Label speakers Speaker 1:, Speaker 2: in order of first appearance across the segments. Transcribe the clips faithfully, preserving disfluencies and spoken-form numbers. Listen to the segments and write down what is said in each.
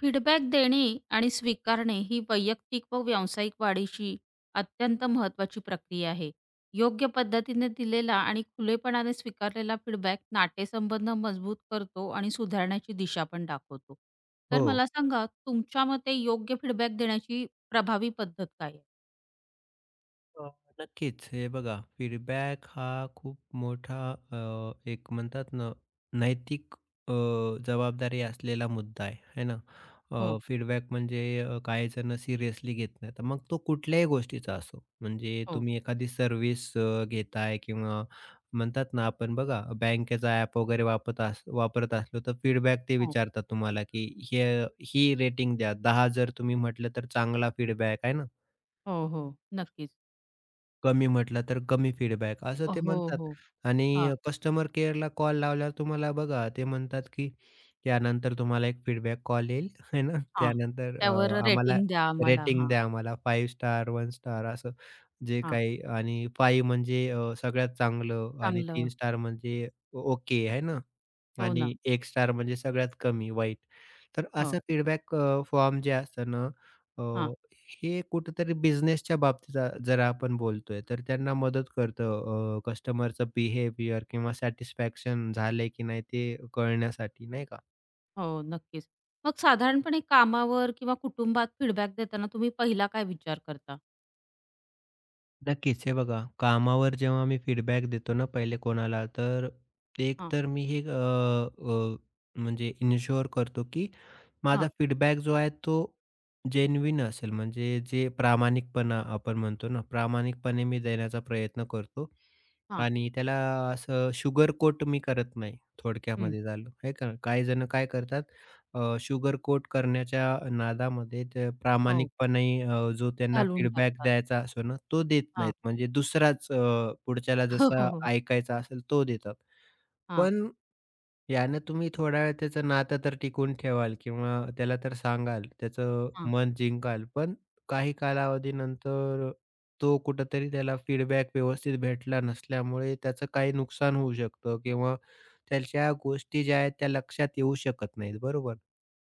Speaker 1: Feedback देणे आणि स्वीकारणे ही वैयक्तिक व व्यावसायिक वाढीची अत्यंत महत्त्वाची प्रक्रिया आहे. योग्य पद्धतीने दिलेला आणि खुलेपणाने स्वीकारलेला फीडबॅक नातेसंबंध मजबूत करतो आणि सुधारण्याची दिशा पण दाखवतो. तर
Speaker 2: हो.
Speaker 1: मला सांगा, तुमच्या मते योग्य फीडबॅक देण्याची प्रभावी पद्धत काय आहे?
Speaker 2: अ, नक्कीच. हे बघा फीडबॅक हा खूप मोठा, अ, एक म्हणतात ना नैतिक अ, जबाबदारी असलेला मुद्दा आहे, है ना?
Speaker 1: हो,
Speaker 2: अ, फीडबॅक म्हणजे, अ, काही जण सिरियसली घेत नाहीत. मग तो कुठल्याही गोष्टीचा असो. म्हणजे
Speaker 1: हो,
Speaker 2: तुम्ही एखादी सर्व्हिस अ, घेताय किंवा म्हणतात ना, आपण बघा बँकेचा ॲप वगैरे वापरत अस वापरत असलो तर फीडबॅक ते
Speaker 1: हो,
Speaker 2: विचारतात तुम्हाला, की हे ही रेटिंग द्या. दहा जर तुम्ही म्हटलं तर चांगला फीडबॅक आहे ना?
Speaker 1: हो, हो. नक्कीच.
Speaker 2: कमी म्हटला तर कमी फीडबॅक असं ते
Speaker 1: हो,
Speaker 2: म्हणतात.
Speaker 1: हो. हां,
Speaker 2: आणि कस्टमर केअरला कॉल लावल्यावर तुम्हाला बघा ते म्हणतात की त्यानंतर तुम्हाला एक फीडबॅक कॉल येईल है ना,
Speaker 1: हां.
Speaker 2: त्यानंतर
Speaker 1: त्यावर
Speaker 2: अ, आम्हाला
Speaker 1: रेटिंग द्या आम्हाला.
Speaker 2: रेटिंग
Speaker 1: हां,
Speaker 2: द्या. आम्हाला पाच स्टार, वन स्टार असं जे
Speaker 1: हां.
Speaker 2: काही, आणि पाच म्हणजे अ, सगळ्यात चांगलं, आणि
Speaker 1: चांगलं.
Speaker 2: तीन स्टार म्हणजे ओके आहे ना,
Speaker 1: हो ना.
Speaker 2: आणि एक स्टार म्हणजे सगळ्यात कमी वाईट. तर
Speaker 1: हो.
Speaker 2: असं फीडबॅक फॉर्म जे असतं ना, अ,
Speaker 1: हां.
Speaker 2: हे कुठेतरी बिझनेसच्या बाबतीत, अ, जर आपण बोलतोय, तर त्यांना मदत करतं, अ, कस्टमरचं बिहेवियर किंवा सॅटिस्फॅक्शन झालंय की नाही ते कळण्यासाठी, नाही का?
Speaker 1: हो, नक्कीच. मग साधारणपणे कामावर किंवा कुटुंबात फीडबॅक देताना तुम्ही पहिला काय विचार करता?
Speaker 2: नक्कीच. हे बघा, कामावर जेव्हा मी फीडबॅक देतो ना पहिले कोणाला, तर एक
Speaker 1: हां,
Speaker 2: तर मी हे अ, अ, म्हणजे इन्शुअर करतो, की
Speaker 1: हां,
Speaker 2: माझा फीडबॅक जो आहे तो जेन्युइन असेल. म्हणजे जे प्रामाणिकपणा आपण म्हणतो ना, प्रामाणिकपणे मी देण्याचा प्रयत्न करतो
Speaker 1: हां.
Speaker 2: आणि त्याला असं शुगर कोट मी करत नाही.
Speaker 1: हं.
Speaker 2: थोडक्यामध्ये झालं, हे का, काही जण काय करतात शुगर कोट करण्याच्या नादामध्ये ते
Speaker 1: हो,
Speaker 2: प्रामाणिकपणे, अ, जो त्यांना
Speaker 1: घालून
Speaker 2: फीडबॅक
Speaker 1: टाकतात.
Speaker 2: द्यायचा असतो ना, तो देत
Speaker 1: हां.
Speaker 2: नाहीत. म्हणजे दुसराच, अ, पुढच्याला
Speaker 1: हो, हो,
Speaker 2: जसा
Speaker 1: हो.
Speaker 2: ऐकायचा असेल तो देतात.
Speaker 1: हां,
Speaker 2: पण यानं तुम्ही थोडा वेळ त्याचं नातं तर टिकवून ठेवाल किंवा त्याला तर सांगाल, त्याचं
Speaker 1: हां.
Speaker 2: मन जिंकाल. पण काही कालावधीनंतर तो कुठेतरी त्याला फीडबॅक व्यवस्थित भेटला नसल्यामुळे त्याचं काही नुकसान होऊ शकतं किंवा त्याच्या गोष्टी ज्या आहेत त्या लक्षात येऊ शकत नाहीत, बरोबर?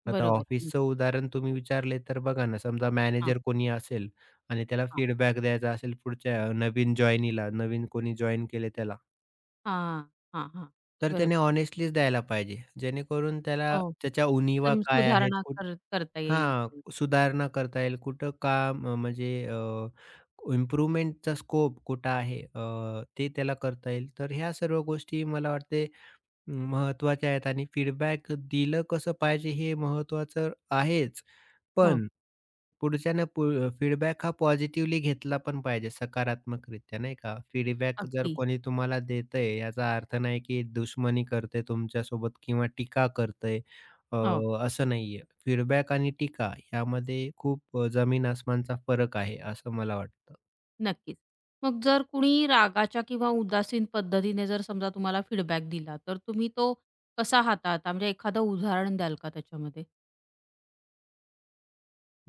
Speaker 2: आता
Speaker 1: बरोबर.
Speaker 2: ऑफिसचं
Speaker 1: नक्कीच.
Speaker 2: उदाहरण तुम्ही विचारले तर बघा ना, समजा
Speaker 1: हां,
Speaker 2: मॅनेजर कोणी असेल आणि त्याला
Speaker 1: हां.
Speaker 2: फीडबॅक द्यायचा असेल पुढच्या नवीन जॉइनीला, नवीन कोणी जॉइन केले त्याला.
Speaker 1: हां, हां, हां.
Speaker 2: तर
Speaker 1: बरोबर.
Speaker 2: त्याने हॉनेस्टलीच द्यायला पाहिजे. जेणेकरून त्याला
Speaker 1: हो.
Speaker 2: त्याच्या उणिवा
Speaker 1: तर
Speaker 2: काय आहेत,
Speaker 1: सुधारणा
Speaker 2: कुठ
Speaker 1: कर करता येईल.
Speaker 2: हां, सुधारणा करता येईल. कुठं काम, अ, म्हणजे, अ, इम्प्रूव्हमेंटचा स्कोप कुठं आहे, अ, ते त्याला करता येईल. तर ह्या सर्व गोष्टी मला वाटते महत्त्वाच्या आहेत आणि फीडबॅक दिलं कसं पाहिजे हे महत्त्वाचं आहेच.
Speaker 1: हो,
Speaker 2: पण पुढच्यानं पु अ, फीडबॅक हा पॉझिटिव्हली घेतला पण पाहिजे, सकारात्मकरित्या, नाही का? फीडबॅक जर
Speaker 1: अगदी.
Speaker 2: कोणी तुम्हाला देतंय याचा अर्थ नाही की दुश्मनी करतंय तुमच्यासोबत किंवा टीका करतंय, अ,
Speaker 1: हो,
Speaker 2: असं नाहीये. फीडबॅक आणि टीका यामध्ये खूप, अ, जमीन-आसमानचा फरक आहे, असं मला वाटतं.
Speaker 1: नक्कीच. मग जर कुणी रागाच्या किंवा उदासीन पद्धतीने जर समजा तुम्हाला फीडबॅक दिला, तर तुम्ही तो कसा हाताळता? म्हणजे एखादं उदाहरण द्याल का त्याच्यामध्ये?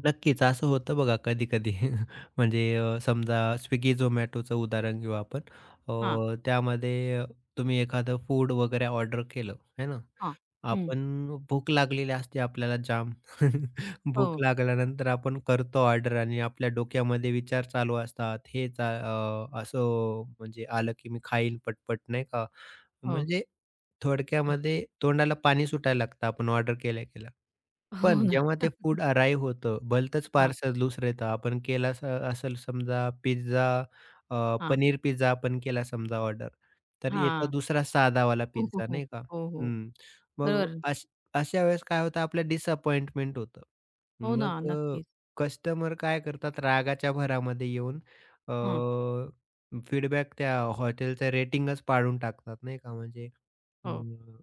Speaker 2: नक्कीच, असं होतं बघा कधी-कधी. म्हणजे, अ, समजा Swiggy, Zomatoचं उदाहरण घेऊ आपण. अ, त्यामध्ये तुम्ही एखादं फूड वगैरे ऑर्डर केलं, है ना?
Speaker 1: हां. हं.
Speaker 2: आपण भूक लागलेली असते आपल्याला जाम. भूक
Speaker 1: हो,
Speaker 2: लागल्यानंतर आपण करतो ऑर्डर आणि आपल्या डोक्यामध्ये विचार चालू असतात. हे चा अ, असं म्हणजे आलं की मी खाईन पटपट, नाही का?
Speaker 1: हो.
Speaker 2: म्हणजे थोडक्यामध्ये तोंडाला पाणी सुटायला लागतं आपण ऑर्डर केल्या-केल्या.
Speaker 1: हो
Speaker 2: पण
Speaker 1: ना.
Speaker 2: जेव्हा ते फूड अराईव्ह होतं, भलतंच
Speaker 1: हां,
Speaker 2: पार्सल दुसरं येतं. आपण केला अस असेल समजा पिझ्झा, अ,
Speaker 1: हां,
Speaker 2: पनीर पिझ्झा आपण केला समजा ऑर्डर. तर येतो
Speaker 1: हां.
Speaker 2: दुसरा साधावाला
Speaker 1: हो, हो,
Speaker 2: पिझ्झा,
Speaker 1: हो.
Speaker 2: नाही का?
Speaker 1: हो, हो.
Speaker 2: हं. मग
Speaker 1: बरोबर.
Speaker 2: अश अशा वेळेस काय होतं, आपलं डिसअपॉइंटमेंट होतं.
Speaker 1: हो ना,
Speaker 2: मग
Speaker 1: नक्कीच.
Speaker 2: कस्टमर काय करतात, रागाच्या भरामध्ये येऊन
Speaker 1: हं.
Speaker 2: फीडबॅक त्या हॉटेलचं रेटिंगच पाडून टाकतात, नाही का? म्हणजे
Speaker 1: हो.
Speaker 2: अं,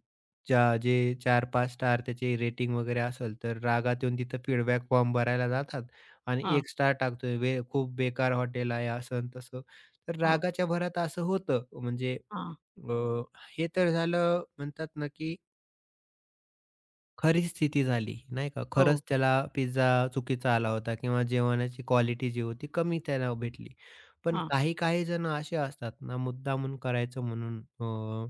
Speaker 2: ज्या जे चार पाच स्टार त्याची रेटिंग वगैरे असेल, तर रागात येऊन तिथं फीडबॅक फॉर्म भरायला जातात आणि
Speaker 1: हां.
Speaker 2: एक स्टार टाकतोय, "वे खूप बेकार हॉटेल आहे." असं अन् तसं. तर
Speaker 1: हो.
Speaker 2: रागाच्या भरात असं होतं. म्हणजे,
Speaker 1: हां.
Speaker 2: अ, हे तर झालं म्हणतात ना, की खरी स्थिती झाली, नाही का?
Speaker 1: हो.
Speaker 2: खरंच त्याला पिझ्झा चुकीचा आला होता किंवा जेवणाची क्वालिटी जी होती कमी त्याला भेटली. पण
Speaker 1: हां.
Speaker 2: काही-काही जण असे असतात ना, मुद्दामून करायचं म्हणून, अ,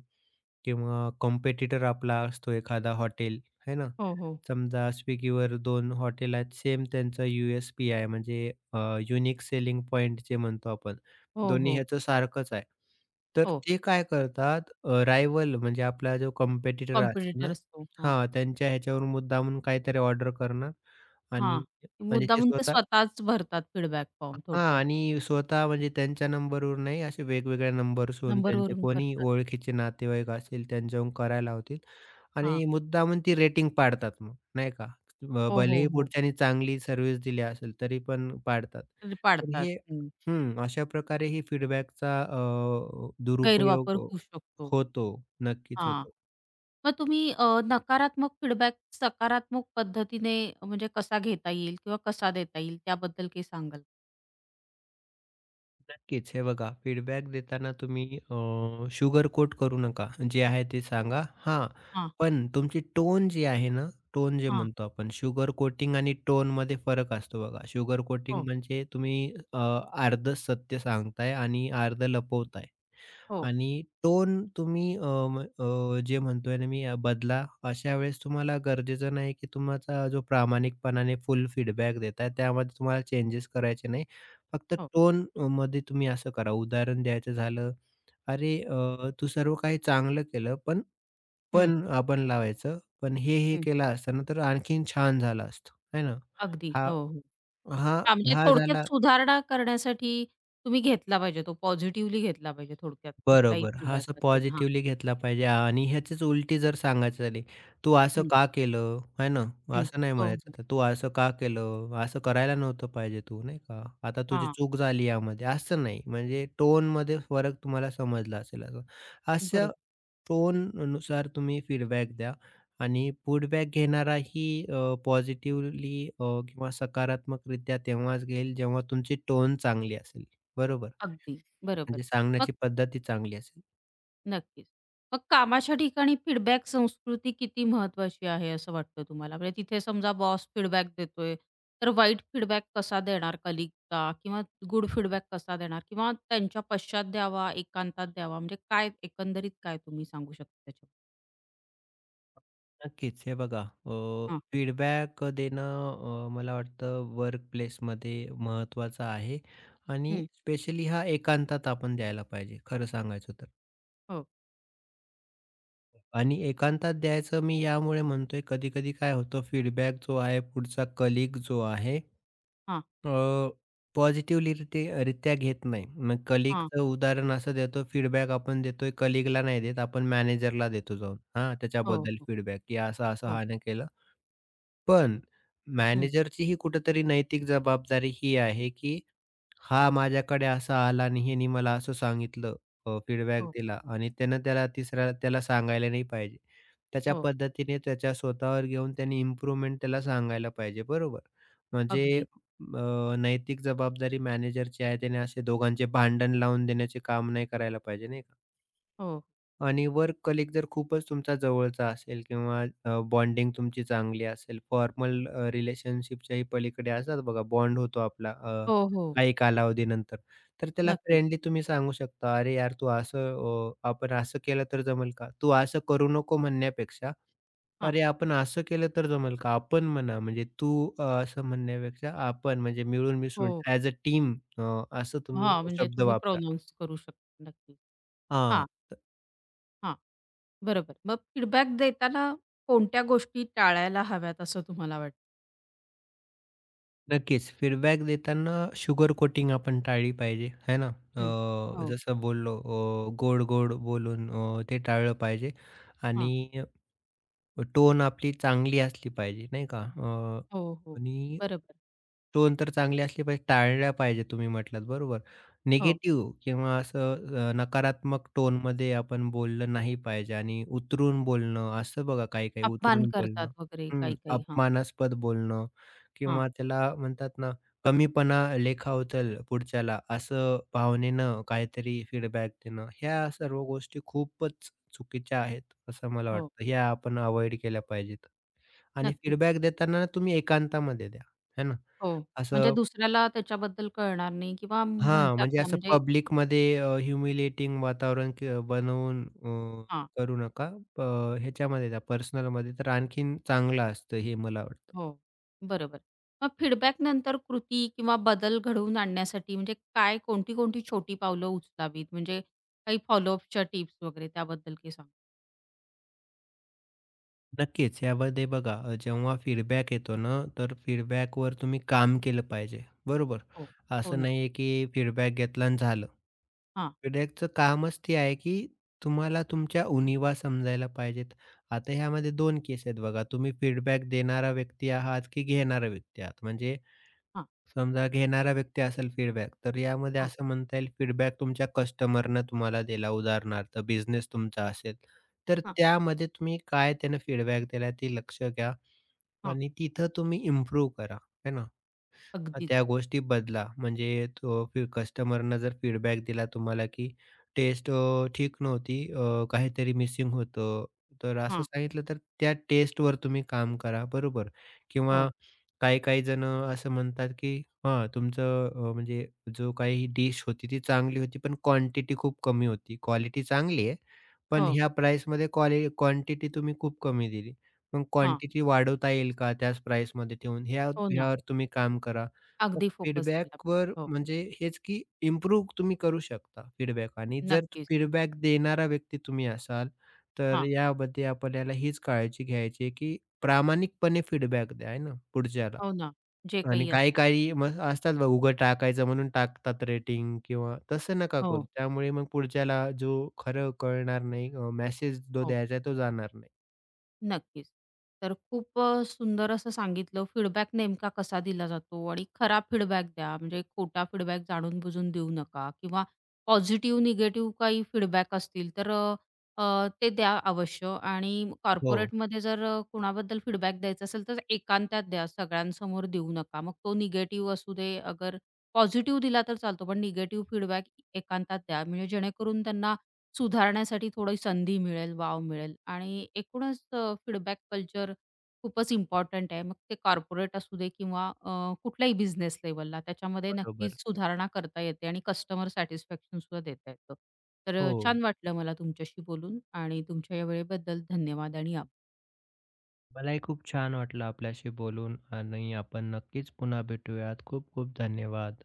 Speaker 2: किंवा कॉम्पिटिटर आपला असतो एखादा हॉटेल, आहे ना?
Speaker 1: हो, हो.
Speaker 2: समजा Swiggyवर दोन हॉटेल आहेत. सेम त्यांचा यू-एस-पी आहे, म्हणजे युनिक सेलिंग पॉइंट जे म्हणतो आपण.
Speaker 1: हो,
Speaker 2: दोन्ही
Speaker 1: हो.
Speaker 2: ह्याचं सारखंच आहे. तर
Speaker 1: हो.
Speaker 2: ते काय करतात, अ, म्हणजे आपला जो कॉम्पिटिटर असेल ना,
Speaker 1: कॉम्पिटिटर असतो. हां.
Speaker 2: हां, त्यांच्या ह्याच्यावरून मुद्दामून काहीतरी ऑर्डर करणार आणि,
Speaker 1: हां.
Speaker 2: म्हणजे ते
Speaker 1: मुद्दामून ते
Speaker 2: स्वतः,
Speaker 1: स्वतःच भरतात फीडबॅक फॉर्म
Speaker 2: हां,
Speaker 1: थोडक्यात.
Speaker 2: आणि स्वतः म्हणजे त्यांच्या नंबरवर नाही, असे वेगवेगळ्या नंबर्सहून त्यांचे
Speaker 1: नंबरवरून
Speaker 2: कोणी
Speaker 1: करतात.
Speaker 2: ओळखीचे नातेवाईक असतील त्यांच्याहून करायला लावतील
Speaker 1: हां.
Speaker 2: आणि मुद्दामून ती रेटिंग पाडतात मग, नाही का? ब
Speaker 1: हो, हो,
Speaker 2: भलेही
Speaker 1: हो.
Speaker 2: पुढच्यानी चांगली सर्व्हिस दिली असेल, तरी पण पाडतात. तर
Speaker 1: पाडतात.
Speaker 2: हे,
Speaker 1: हं.
Speaker 2: हं, अशा प्रकारे ही फीडबॅकचा, अ,
Speaker 1: गैरवापर
Speaker 2: दुरुपयोग
Speaker 1: होऊ शकतो.
Speaker 2: होतो. नक्कीच
Speaker 1: हां.
Speaker 2: होतो.
Speaker 1: मग तुम्ही अ, नकारात्मक फीडबॅक सकारात्मक पद्धतीने म्हणजे कसा घेता येईल किंवा कसा देता येईल त्याबद्दल काही सांगाल?
Speaker 2: नक्कीच. हे बघा, फीडबॅक देताना तुम्ही शुगर कोट करू नका. जे आहे ते सांगा. हां,
Speaker 1: हां,
Speaker 2: पण तुमची टोन जी आहे ना, टोन जे
Speaker 1: हां.
Speaker 2: म्हणतो आपण, शुगर कोटिंग आणि टोनमध्ये फरक असतो बघा. शुगर कोटिंग
Speaker 1: हो,
Speaker 2: म्हणजे तुम्ही, अ, अर्धं सत्य सांगताय आणि अर्धं लपवताय.
Speaker 1: हो,
Speaker 2: आणि टोन तुम्ही, अ, म अ, जे म्हणतोय ना मी, अ, बदला. अशा वेळेस तुम्हाला गरजेचं नाही की तुमचा जो प्रामाणिकपणाने फुल फीडबॅक देताय त्यामध्ये तुम्हाला चेंजेस करायचे नाही. फक्त
Speaker 1: हो.
Speaker 2: टोन मध्ये तुम्ही असं करा. उदाहरण द्यायचं झालं, "अरे, अ, तू सर्व काही चांगलं केलं, पण,
Speaker 1: हं,
Speaker 2: पण आपण लावायचं. पण हे, हे
Speaker 1: हं.
Speaker 2: केलं असतं ना तर आणखीन छान झालं असतं." है ना?
Speaker 1: अगदी.
Speaker 2: हा
Speaker 1: हो, हो.
Speaker 2: हा
Speaker 1: हां, म्हणजे
Speaker 2: हा
Speaker 1: थोडक्यात
Speaker 2: झाला
Speaker 1: सुधारणा करण्यासाठी तुम्ही घेतला पाहिजे तो पॉझिटिव्हली घेतला पाहिजे थोडक्यात कुठलाही
Speaker 2: बरोबर. हा,
Speaker 1: फीडबॅक
Speaker 2: असं
Speaker 1: असेल. हां.
Speaker 2: पॉझिटिव्हली घेतला पाहिजे, आणि ह्याचीच उलटी जर सांगायची झाली, "तू असं
Speaker 1: हं,
Speaker 2: का केलं?" है ना?
Speaker 1: हं.
Speaker 2: असं नाही
Speaker 1: हो, हो.
Speaker 2: म्हणायचं. तर, "तू असं का केलं? असं करायला नव्हतं पाहिजे तू, नाही का? आता तुझी
Speaker 1: हां,
Speaker 2: चूक झाली यामध्ये." असं नाही. म्हणजे टोनमध्ये फरक तुम्हाला समजला असेल असं. अशा
Speaker 1: बरोबर.
Speaker 2: टोननुसार तुम्ही फीडबॅक द्या आणि फीडबॅक घेणाराही पॉझिटिव्हली किंवा सकारात्मकरित्या तेव्हाच घेईल, जेव्हा तुमची टोन चांगली असेल. बरोबर.
Speaker 1: अगदी बरोबर.
Speaker 2: म्हणजे सांगण्याची पद्धती चांगली असेल.
Speaker 1: नक्कीच. मग कामाच्या ठिकाणी फीडबॅक संस्कृती किती महत्वाची आहे असं वाटतं तुम्हाला? म्हणजे तिथे समजा बॉस फीडबॅक देतोय, तर वाईट फीडबॅक कसा देणार कलीगचा किंवा गुड फीडबॅक कसा देणार? किंवा त्यांच्या पश्चात द्यावा, एकांतात द्यावा म्हणजे काय एकंदरीत काय तुम्ही सांगू शकता त्याच्यावर?
Speaker 2: नक्कीच. हे बघा, अ,
Speaker 1: हां.
Speaker 2: फीडबॅक देणं, अ, मला वाटतं वर्कप्लेसमध्ये महत्त्वाचं आहे, आणि
Speaker 1: हं.
Speaker 2: स्पेशली हा एकांतात आपण द्यायला पाहिजे, खरं सांगायचं तर.
Speaker 1: हो.
Speaker 2: आणि एकांतात द्यायचं मी यामुळे म्हणतोय, कधी-कधी काय होतं, फीडबॅक जो आहे पुढचा कलीग जो आहे,
Speaker 1: हां.
Speaker 2: अ, पॉझिटिव्हली रित्या घेत नाही. मग
Speaker 1: हां.
Speaker 2: कलीगचं उदाहरण असं देतो, फीडबॅक आपण देतोय, कलीगला नाही देत, आपण मॅनेजरला देतो जाऊन, हां,
Speaker 1: हो,
Speaker 2: त्याच्याबद्दल
Speaker 1: हो.
Speaker 2: फीडबॅक की असं-असं,
Speaker 1: हो.
Speaker 2: हां, केलं. पण
Speaker 1: हं.
Speaker 2: मॅनेजरची ही कुठेतरी नैतिक जबाबदारी ही आहे, की हा माझ्याकडे असा आला आणि ह्यानी मला असं सांगितलं, अ, फीडबॅक
Speaker 1: हो.
Speaker 2: दिला, आणि त्यानं त्याला तिसऱ्याला त्याला सांगायला नाही पाहिजे. त्याच्या
Speaker 1: हो.
Speaker 2: पद्धतीने त्याच्या स्वतःवर घेऊन त्याने इम्प्रूव्हमेंट त्याला सांगायला पाहिजे, बरोबर? म्हणजे,
Speaker 1: अगदी.
Speaker 2: अ, नैतिक जबाबदारी मॅनेजरची आहे. त्याने असे दोघांचे भांडण लावून देण्याचे काम नाही करायला पाहिजे, नाही का?
Speaker 1: हो.
Speaker 2: आणि वर्क कलीग जर खूपच तुमचा जवळचा असेल किंवा, अ, बॉन्डिंग तुमची चांगली असेल, फॉर्मल, अ, रिलेशनशिपच्याही पलीकडे असतात बघा, बॉन्ड होतो आपला, अ,
Speaker 1: हो, हो.
Speaker 2: काही कालावधीनंतर. तर त्याला
Speaker 1: नक्कीच.
Speaker 2: फ्रेंडली तुम्ही सांगू शकता, "अरे यार, तू असं अ, आपण असं केलं तर जमेल का?" "तू असं करू नको" म्हणण्यापेक्षा,
Speaker 1: हां.
Speaker 2: "अरे, आपण असं केलं तर जमेल का?" आपण म्हणा, म्हणजे तू अ, असं म्हणण्यापेक्षा आपण, म्हणजे मिळून मिसळून
Speaker 1: हो.
Speaker 2: ॲज अ टीम, असं तुम्ही
Speaker 1: हां, म्हणजे
Speaker 2: शब्द
Speaker 1: तुम्ही
Speaker 2: वापरा.
Speaker 1: प्रोनाऊन्स करू शकता. नक्कीच. हां.
Speaker 2: हां.
Speaker 1: हां. बरोबर. मग फीडबॅक देताना कोणत्या गोष्टी टाळायला हव्यात असं तुम्हाला वाटतं?
Speaker 2: नक्कीच. फीडबॅक देताना शुगर कोटिंग आपण टाळली पाहिजे, है ना?
Speaker 1: हं.
Speaker 2: अ,
Speaker 1: हो.
Speaker 2: जसं बोललो, अ, गोड-गोड बोलून, अ, ते टाळलं पाहिजे
Speaker 1: हां.
Speaker 2: आणि टोन आपली चांगली असली पाहिजे, नाही का? अ,
Speaker 1: हो, हो.
Speaker 2: आणि
Speaker 1: बरोबर.
Speaker 2: टोन तर चांगली असली पाहिजे, टाळल्या पाहिजे तुम्ही म्हटलात बरोबर.
Speaker 1: हो.
Speaker 2: निगेटिव्ह किंवा असं, अ, नकारात्मक टोनमध्ये आपण बोललं नाही पाहिजे, आणि उतरून बोलणं असतं बघा, काही-काही
Speaker 1: अपमान
Speaker 2: उतरून
Speaker 1: करतात
Speaker 2: बोलणं.
Speaker 1: वगैरे
Speaker 2: हं,
Speaker 1: काही-काही. हां,
Speaker 2: अपमानास्पद बोलणं
Speaker 1: हां.
Speaker 2: किंवा त्याला म्हणतात ना, कमीपणा लेखावतेल पुढच्याला, असं भावनेनं काहीतरी फीडबॅक देणं, ह्या सर्व गोष्टी खूपच चुकीच्या आहेत, असं मला
Speaker 1: हो.
Speaker 2: वाटतं. ह्या आपण अव्हॉइड केल्या पाहिजेत. आणि
Speaker 1: नक्कीच.
Speaker 2: फीडबॅक देताना तुम्ही एकांतामध्ये द्या, है ना.
Speaker 1: हो. म्हणजे
Speaker 2: असं,
Speaker 1: दुसऱ्याला त्याच्याबद्दल कळणार नाही किंवा
Speaker 2: हां,
Speaker 1: म्हणतात
Speaker 2: म्हणजे
Speaker 1: ना
Speaker 2: असं
Speaker 1: म्हणजे
Speaker 2: पब्लिकमध्ये, अ, वातावरण क बनवून, अ,
Speaker 1: हां.
Speaker 2: करू नका. अ, ह्याच्यामध्ये द्या, पर्सनलमध्ये तर आणखीन चांगलं असतं, हे मला वाटतं.
Speaker 1: हो. बरोबर. मग फीडबॅक नंतर कृती किंवा बदल घडवून आणण्यासाठी म्हणजे काय कोणती, कोणती छोटी पावलं उचलावीत? म्हणजे काही फॉलोअपच्या टिप्स वगैरे त्याबद्दल काही सांगा?
Speaker 2: नक्कीच. यामध्ये बघा, अ, जेव्हा फीडबॅक येतो ना, तर फीडबॅकवर तुम्ही काम केलं पाहिजे, बरोबर?
Speaker 1: हो. हो
Speaker 2: असं
Speaker 1: ना.
Speaker 2: नाही आहे की फीडबॅक घेतला आणि झालं. फीडबॅकचं कामच ते आहे की तुम्हाला तुमच्या उणिवा समजायला पाहिजेत. आता ह्यामध्ये दोन केस आहेत बघा. तुम्ही फीडबॅक देणारा व्यक्ती आहात की घेणारा व्यक्ती आहात. म्हणजे
Speaker 1: हां,
Speaker 2: समजा घेणारा व्यक्ती असेल फीडबॅक, तर यामध्ये
Speaker 1: हां,
Speaker 2: असं म्हणता येईल, फीडबॅक तुमच्या कस्टमरनं तुम्हाला दिला, उदाहरणार्थ बिझनेस तुमचा असेल, तर
Speaker 1: हां, हां.
Speaker 2: त्यामध्ये तुम्ही काय त्यानं फीडबॅक दिला ते लक्ष घ्या आणि तिथं तुम्ही इम्प्रूव्ह करा, है ना?
Speaker 1: अगदीच.
Speaker 2: त्या गोष्टी बदला. म्हणजे तो फी कस्टमरनं जर फीडबॅक दिला तुम्हाला, की टेस्ट, अ, ठीक नव्हती, अ, काहीतरी मिसिंग होतं. तर असं
Speaker 1: हां.
Speaker 2: सांगितलं, तर त्या टेस्टवर तुम्ही काम करा, बरोबर. किंवा
Speaker 1: हो,
Speaker 2: काही-काही जणं असं म्हणतात, की हां, तुमचं, अ, म्हणजे जो काही डिश होती ती चांगली होती, पण क्वांटिटी खूप कमी होती. क्वालिटी चांगली आहे, पण
Speaker 1: हो.
Speaker 2: ह्या प्राईसमध्ये क्वालि क्वांटिटी तुम्ही खूप कमी दिली. मग
Speaker 1: हां.
Speaker 2: क्वांटिटी वाढवता येईल का त्याच प्राईसमध्ये ठेवून? ह्या
Speaker 1: हो ना.
Speaker 2: ह्यावर तुम्ही काम करा. मग
Speaker 1: अगदी फोकस केला पाहिजे.
Speaker 2: फीडबॅकवर
Speaker 1: हो.
Speaker 2: म्हणजे हेच, की इम्प्रूव्ह तुम्ही करू शकता फीडबॅक, आणि जर
Speaker 1: नक्कीच.
Speaker 2: फीडबॅक देणारा व्यक्ती तुम्ही असाल, तर
Speaker 1: हां.
Speaker 2: यामध्ये आपल्याला हीच काळजी घ्यायची आहे, की प्रामाणिकपणे फीडबॅक द्या आहे ना पुढच्याला
Speaker 1: हो ना. जे
Speaker 2: आणि
Speaker 1: काही असेल.
Speaker 2: काही-काही मग असतात बघ, उघं टाकायचं म्हणून टाकतात रेटिंग, किंवा तसं नका
Speaker 1: हो,
Speaker 2: करू. त्यामुळे मग पुढच्याला जो खरं कळणार नाही, अ, मेसेज जो
Speaker 1: हो.
Speaker 2: द्यायचा आहे तो जाणार नाही.
Speaker 1: नक्कीच. तर खूप अ, सुंदर असं सांगितलं फीडबॅक नेमका कसा दिला जातो आणि खरा फीडबॅक द्या म्हणजे खोटा फीडबॅक जाणून बुजून देऊ नका किंवा पॉझिटिव्ह, निगेटिव्ह काही फीडबॅक असतील तर अ, अ, ते द्या अवश्य आणि
Speaker 2: हो.
Speaker 1: कॉर्पोरेटमध्ये जर अ, कुणाबद्दल फीडबॅक द्यायचा असेल तर एकांतात द्या, सगळ्यांसमोर देऊ नका. मग तो निगेटिव्ह असू दे, अगर पॉझिटिव्ह दिला तर चालतो, पण निगेटिव्ह फीडबॅक एकांतात द्या म्हणजे जेणेकरून त्यांना सुधारण्यासाठी थोडी संधी मिळेल, वाव मिळेल आणि एकूणच अ, फीडबॅक कल्चर खूपच इम्पॉर्टंट आहे. मग ते कॉर्पोरेट असू दे किंवा अ, कुठल्याही बिझनेस लेव्हलला त्याच्यामध्ये
Speaker 2: बरोबर.
Speaker 1: नक्कीच सुधारणा करता येते आणि कस्टमर सॅटिस्फॅक्शन सुद्धा देता येतं. तर अ,
Speaker 2: हो.
Speaker 1: छान वाटलं मला तुमच्याशी बोलून आणि तुमच्या या वेळेबद्दल धन्यवाद आणि आभार.
Speaker 2: मलाही खूप छान वाटलं आपल्याशी बोलून आणि आपण नक्कीच पुन्हा भेटूयात. खूप खूप धन्यवाद.